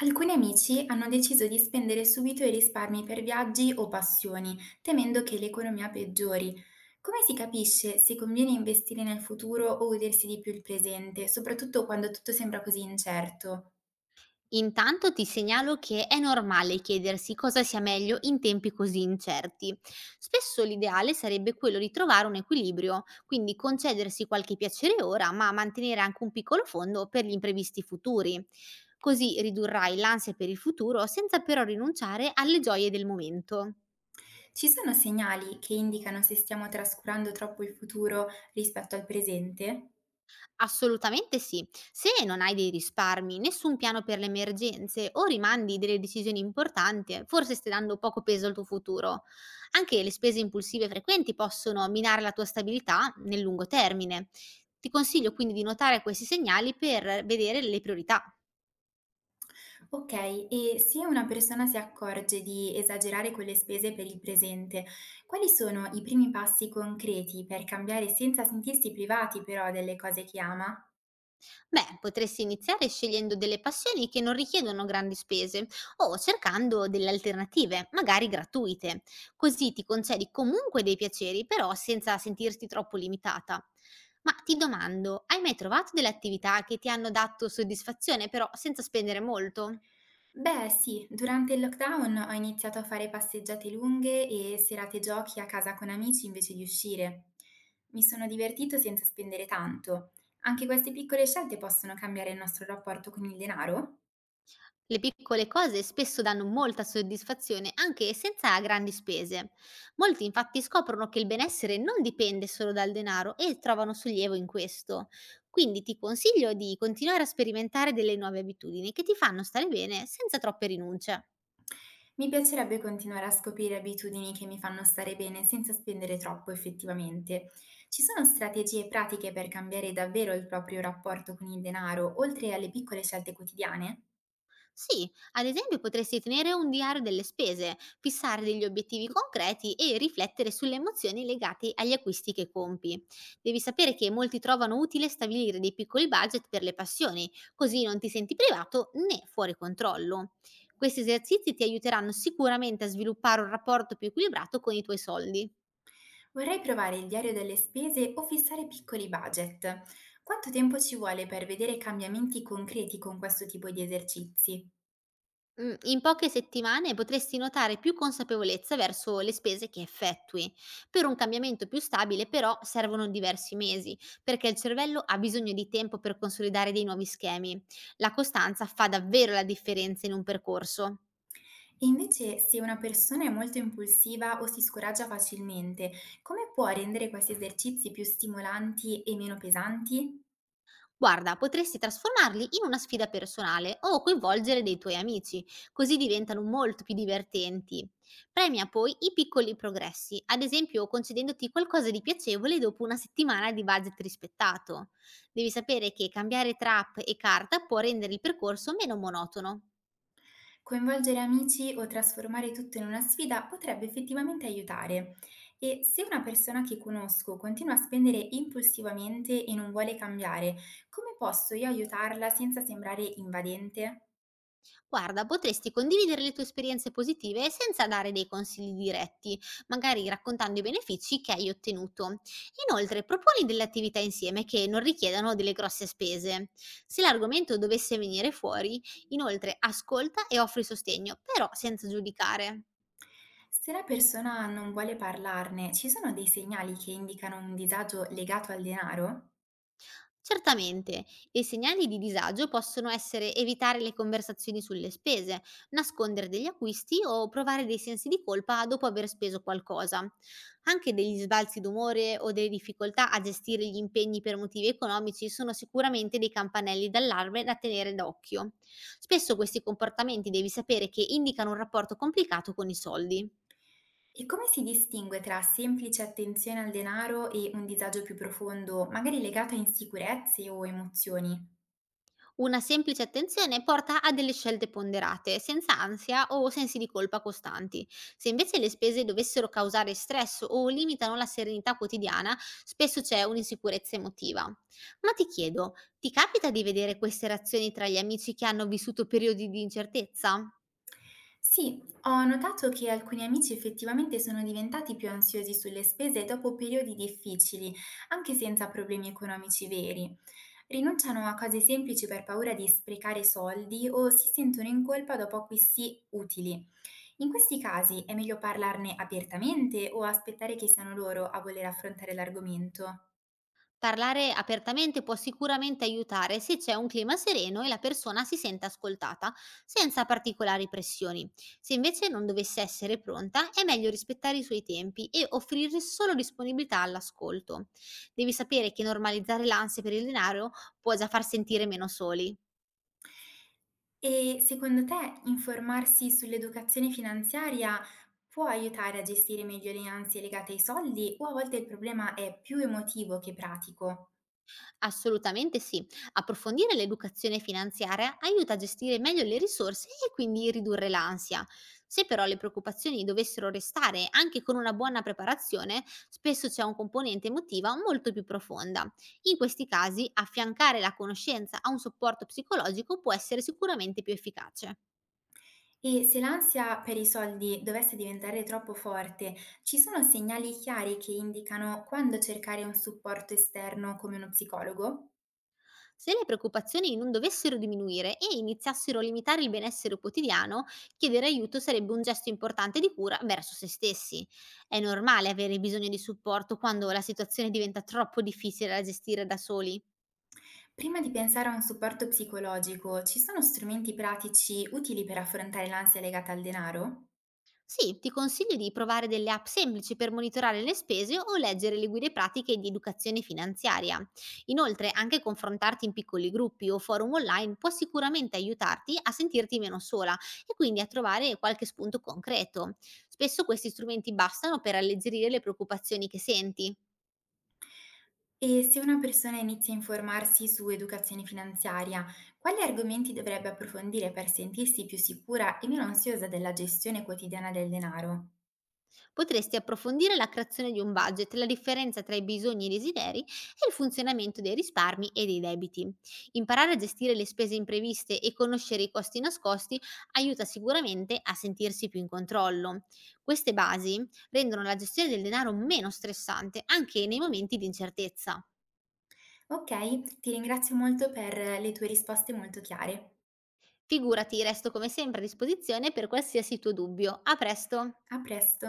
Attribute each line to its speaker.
Speaker 1: Alcuni amici hanno deciso di spendere subito i risparmi per viaggi o passioni, temendo che l'economia peggiori. Come si capisce se conviene investire nel futuro o godersi di più il presente, soprattutto quando tutto sembra così incerto?
Speaker 2: Intanto ti segnalo che è normale chiedersi cosa sia meglio in tempi così incerti. Spesso l'ideale sarebbe quello di trovare un equilibrio, quindi concedersi qualche piacere ora, ma mantenere anche un piccolo fondo per gli imprevisti futuri. Così ridurrai l'ansia per il futuro senza però rinunciare alle gioie del momento.
Speaker 1: Ci sono segnali che indicano se stiamo trascurando troppo il futuro rispetto al presente?
Speaker 2: Assolutamente sì. Se non hai dei risparmi, nessun piano per le emergenze o rimandi delle decisioni importanti, forse stai dando poco peso al tuo futuro. Anche le spese impulsive frequenti possono minare la tua stabilità nel lungo termine. Ti consiglio quindi di notare questi segnali per vedere le priorità.
Speaker 1: Okay, e se una persona si accorge di esagerare con le spese per il presente, quali sono i primi passi concreti per cambiare senza sentirsi privati però delle cose che ama?
Speaker 2: Beh, potresti iniziare scegliendo delle passioni che non richiedono grandi spese o cercando delle alternative, magari gratuite. Così ti concedi comunque dei piaceri, però senza sentirti troppo limitata. Ma ti domando, hai mai trovato delle attività che ti hanno dato soddisfazione, però senza spendere molto?
Speaker 1: Beh, sì, durante il lockdown ho iniziato a fare passeggiate lunghe e serate giochi a casa con amici invece di uscire. Mi sono divertito senza spendere tanto. Anche queste piccole scelte possono cambiare il nostro rapporto con il denaro?
Speaker 2: Le piccole cose spesso danno molta soddisfazione anche senza grandi spese. Molti infatti scoprono che il benessere non dipende solo dal denaro e trovano sollievo in questo. Quindi ti consiglio di continuare a sperimentare delle nuove abitudini che ti fanno stare bene senza troppe rinunce.
Speaker 1: Mi piacerebbe continuare a scoprire abitudini che mi fanno stare bene senza spendere troppo effettivamente. Ci sono strategie pratiche per cambiare davvero il proprio rapporto con il denaro, oltre alle piccole scelte quotidiane?
Speaker 2: Sì, ad esempio potresti tenere un diario delle spese, fissare degli obiettivi concreti e riflettere sulle emozioni legate agli acquisti che compi. Devi sapere che molti trovano utile stabilire dei piccoli budget per le passioni, così non ti senti privato né fuori controllo. Questi esercizi ti aiuteranno sicuramente a sviluppare un rapporto più equilibrato con i tuoi soldi.
Speaker 1: Vorrei provare il diario delle spese o fissare piccoli budget. Quanto tempo ci vuole per vedere cambiamenti concreti con questo tipo di esercizi?
Speaker 2: In poche settimane potresti notare più consapevolezza verso le spese che effettui. Per un cambiamento più stabile, però, servono diversi mesi, perché il cervello ha bisogno di tempo per consolidare dei nuovi schemi. La costanza fa davvero la differenza in un percorso.
Speaker 1: E invece, se una persona è molto impulsiva o si scoraggia facilmente, come può rendere questi esercizi più stimolanti e meno pesanti?
Speaker 2: Guarda, potresti trasformarli in una sfida personale o coinvolgere dei tuoi amici, così diventano molto più divertenti. Premia poi i piccoli progressi, ad esempio concedendoti qualcosa di piacevole dopo una settimana di budget rispettato. Devi sapere che cambiare trap e carta può rendere il percorso meno monotono.
Speaker 1: Coinvolgere amici o trasformare tutto in una sfida potrebbe effettivamente aiutare. E se una persona che conosco continua a spendere impulsivamente e non vuole cambiare, come posso io aiutarla senza sembrare invadente?
Speaker 2: Guarda, potresti condividere le tue esperienze positive senza dare dei consigli diretti, magari raccontando i benefici che hai ottenuto. Inoltre, proponi delle attività insieme che non richiedano delle grosse spese. Se l'argomento dovesse venire fuori, inoltre ascolta e offri sostegno, però senza giudicare.
Speaker 1: Se la persona non vuole parlarne, ci sono dei segnali che indicano un disagio legato al denaro?
Speaker 2: Certamente, e i segnali di disagio possono essere evitare le conversazioni sulle spese, nascondere degli acquisti o provare dei sensi di colpa dopo aver speso qualcosa. Anche degli sbalzi d'umore o delle difficoltà a gestire gli impegni per motivi economici sono sicuramente dei campanelli d'allarme da tenere d'occhio. Spesso questi comportamenti devi sapere che indicano un rapporto complicato con i soldi.
Speaker 1: E come si distingue tra semplice attenzione al denaro e un disagio più profondo, magari legato a insicurezze o emozioni?
Speaker 2: Una semplice attenzione porta a delle scelte ponderate, senza ansia o sensi di colpa costanti. Se invece le spese dovessero causare stress o limitano la serenità quotidiana, spesso c'è un'insicurezza emotiva. Ma ti chiedo, ti capita di vedere queste reazioni tra gli amici che hanno vissuto periodi di incertezza?
Speaker 1: Sì, ho notato che alcuni amici effettivamente sono diventati più ansiosi sulle spese dopo periodi difficili, anche senza problemi economici veri. Rinunciano a cose semplici per paura di sprecare soldi o si sentono in colpa dopo acquisti utili. In questi casi è meglio parlarne apertamente o aspettare che siano loro a voler affrontare l'argomento?
Speaker 2: Parlare apertamente può sicuramente aiutare se c'è un clima sereno e la persona si sente ascoltata, senza particolari pressioni. Se invece non dovesse essere pronta, è meglio rispettare i suoi tempi e offrire solo disponibilità all'ascolto. Devi sapere che normalizzare l'ansia per il denaro può già far sentire meno soli.
Speaker 1: E secondo te informarsi sull'educazione finanziaria può aiutare a gestire meglio le ansie legate ai soldi o a volte il problema è più emotivo che pratico?
Speaker 2: Assolutamente sì. Approfondire l'educazione finanziaria aiuta a gestire meglio le risorse e quindi ridurre l'ansia. Se però le preoccupazioni dovessero restare anche con una buona preparazione, spesso c'è un componente emotiva molto più profonda. In questi casi, affiancare la conoscenza a un supporto psicologico può essere sicuramente più efficace.
Speaker 1: E se l'ansia per i soldi dovesse diventare troppo forte, ci sono segnali chiari che indicano quando cercare un supporto esterno come uno psicologo?
Speaker 2: Se le preoccupazioni non dovessero diminuire e iniziassero a limitare il benessere quotidiano, chiedere aiuto sarebbe un gesto importante di cura verso se stessi. È normale avere bisogno di supporto quando la situazione diventa troppo difficile da gestire da soli.
Speaker 1: Prima di pensare a un supporto psicologico, ci sono strumenti pratici utili per affrontare l'ansia legata al denaro?
Speaker 2: Sì, ti consiglio di provare delle app semplici per monitorare le spese o leggere le guide pratiche di educazione finanziaria. Inoltre, anche confrontarti in piccoli gruppi o forum online può sicuramente aiutarti a sentirti meno sola e quindi a trovare qualche spunto concreto. Spesso questi strumenti bastano per alleggerire le preoccupazioni che senti.
Speaker 1: E se una persona inizia a informarsi su educazione finanziaria, quali argomenti dovrebbe approfondire per sentirsi più sicura e meno ansiosa della gestione quotidiana del denaro?
Speaker 2: Potresti approfondire la creazione di un budget, la differenza tra i bisogni e i desideri e il funzionamento dei risparmi e dei debiti. Imparare a gestire le spese impreviste e conoscere i costi nascosti aiuta sicuramente a sentirsi più in controllo. Queste basi rendono la gestione del denaro meno stressante anche nei momenti di incertezza.
Speaker 1: Ok, ti ringrazio molto per le tue risposte molto chiare.
Speaker 2: Figurati, resto come sempre a disposizione per qualsiasi tuo dubbio. A presto!
Speaker 1: A presto.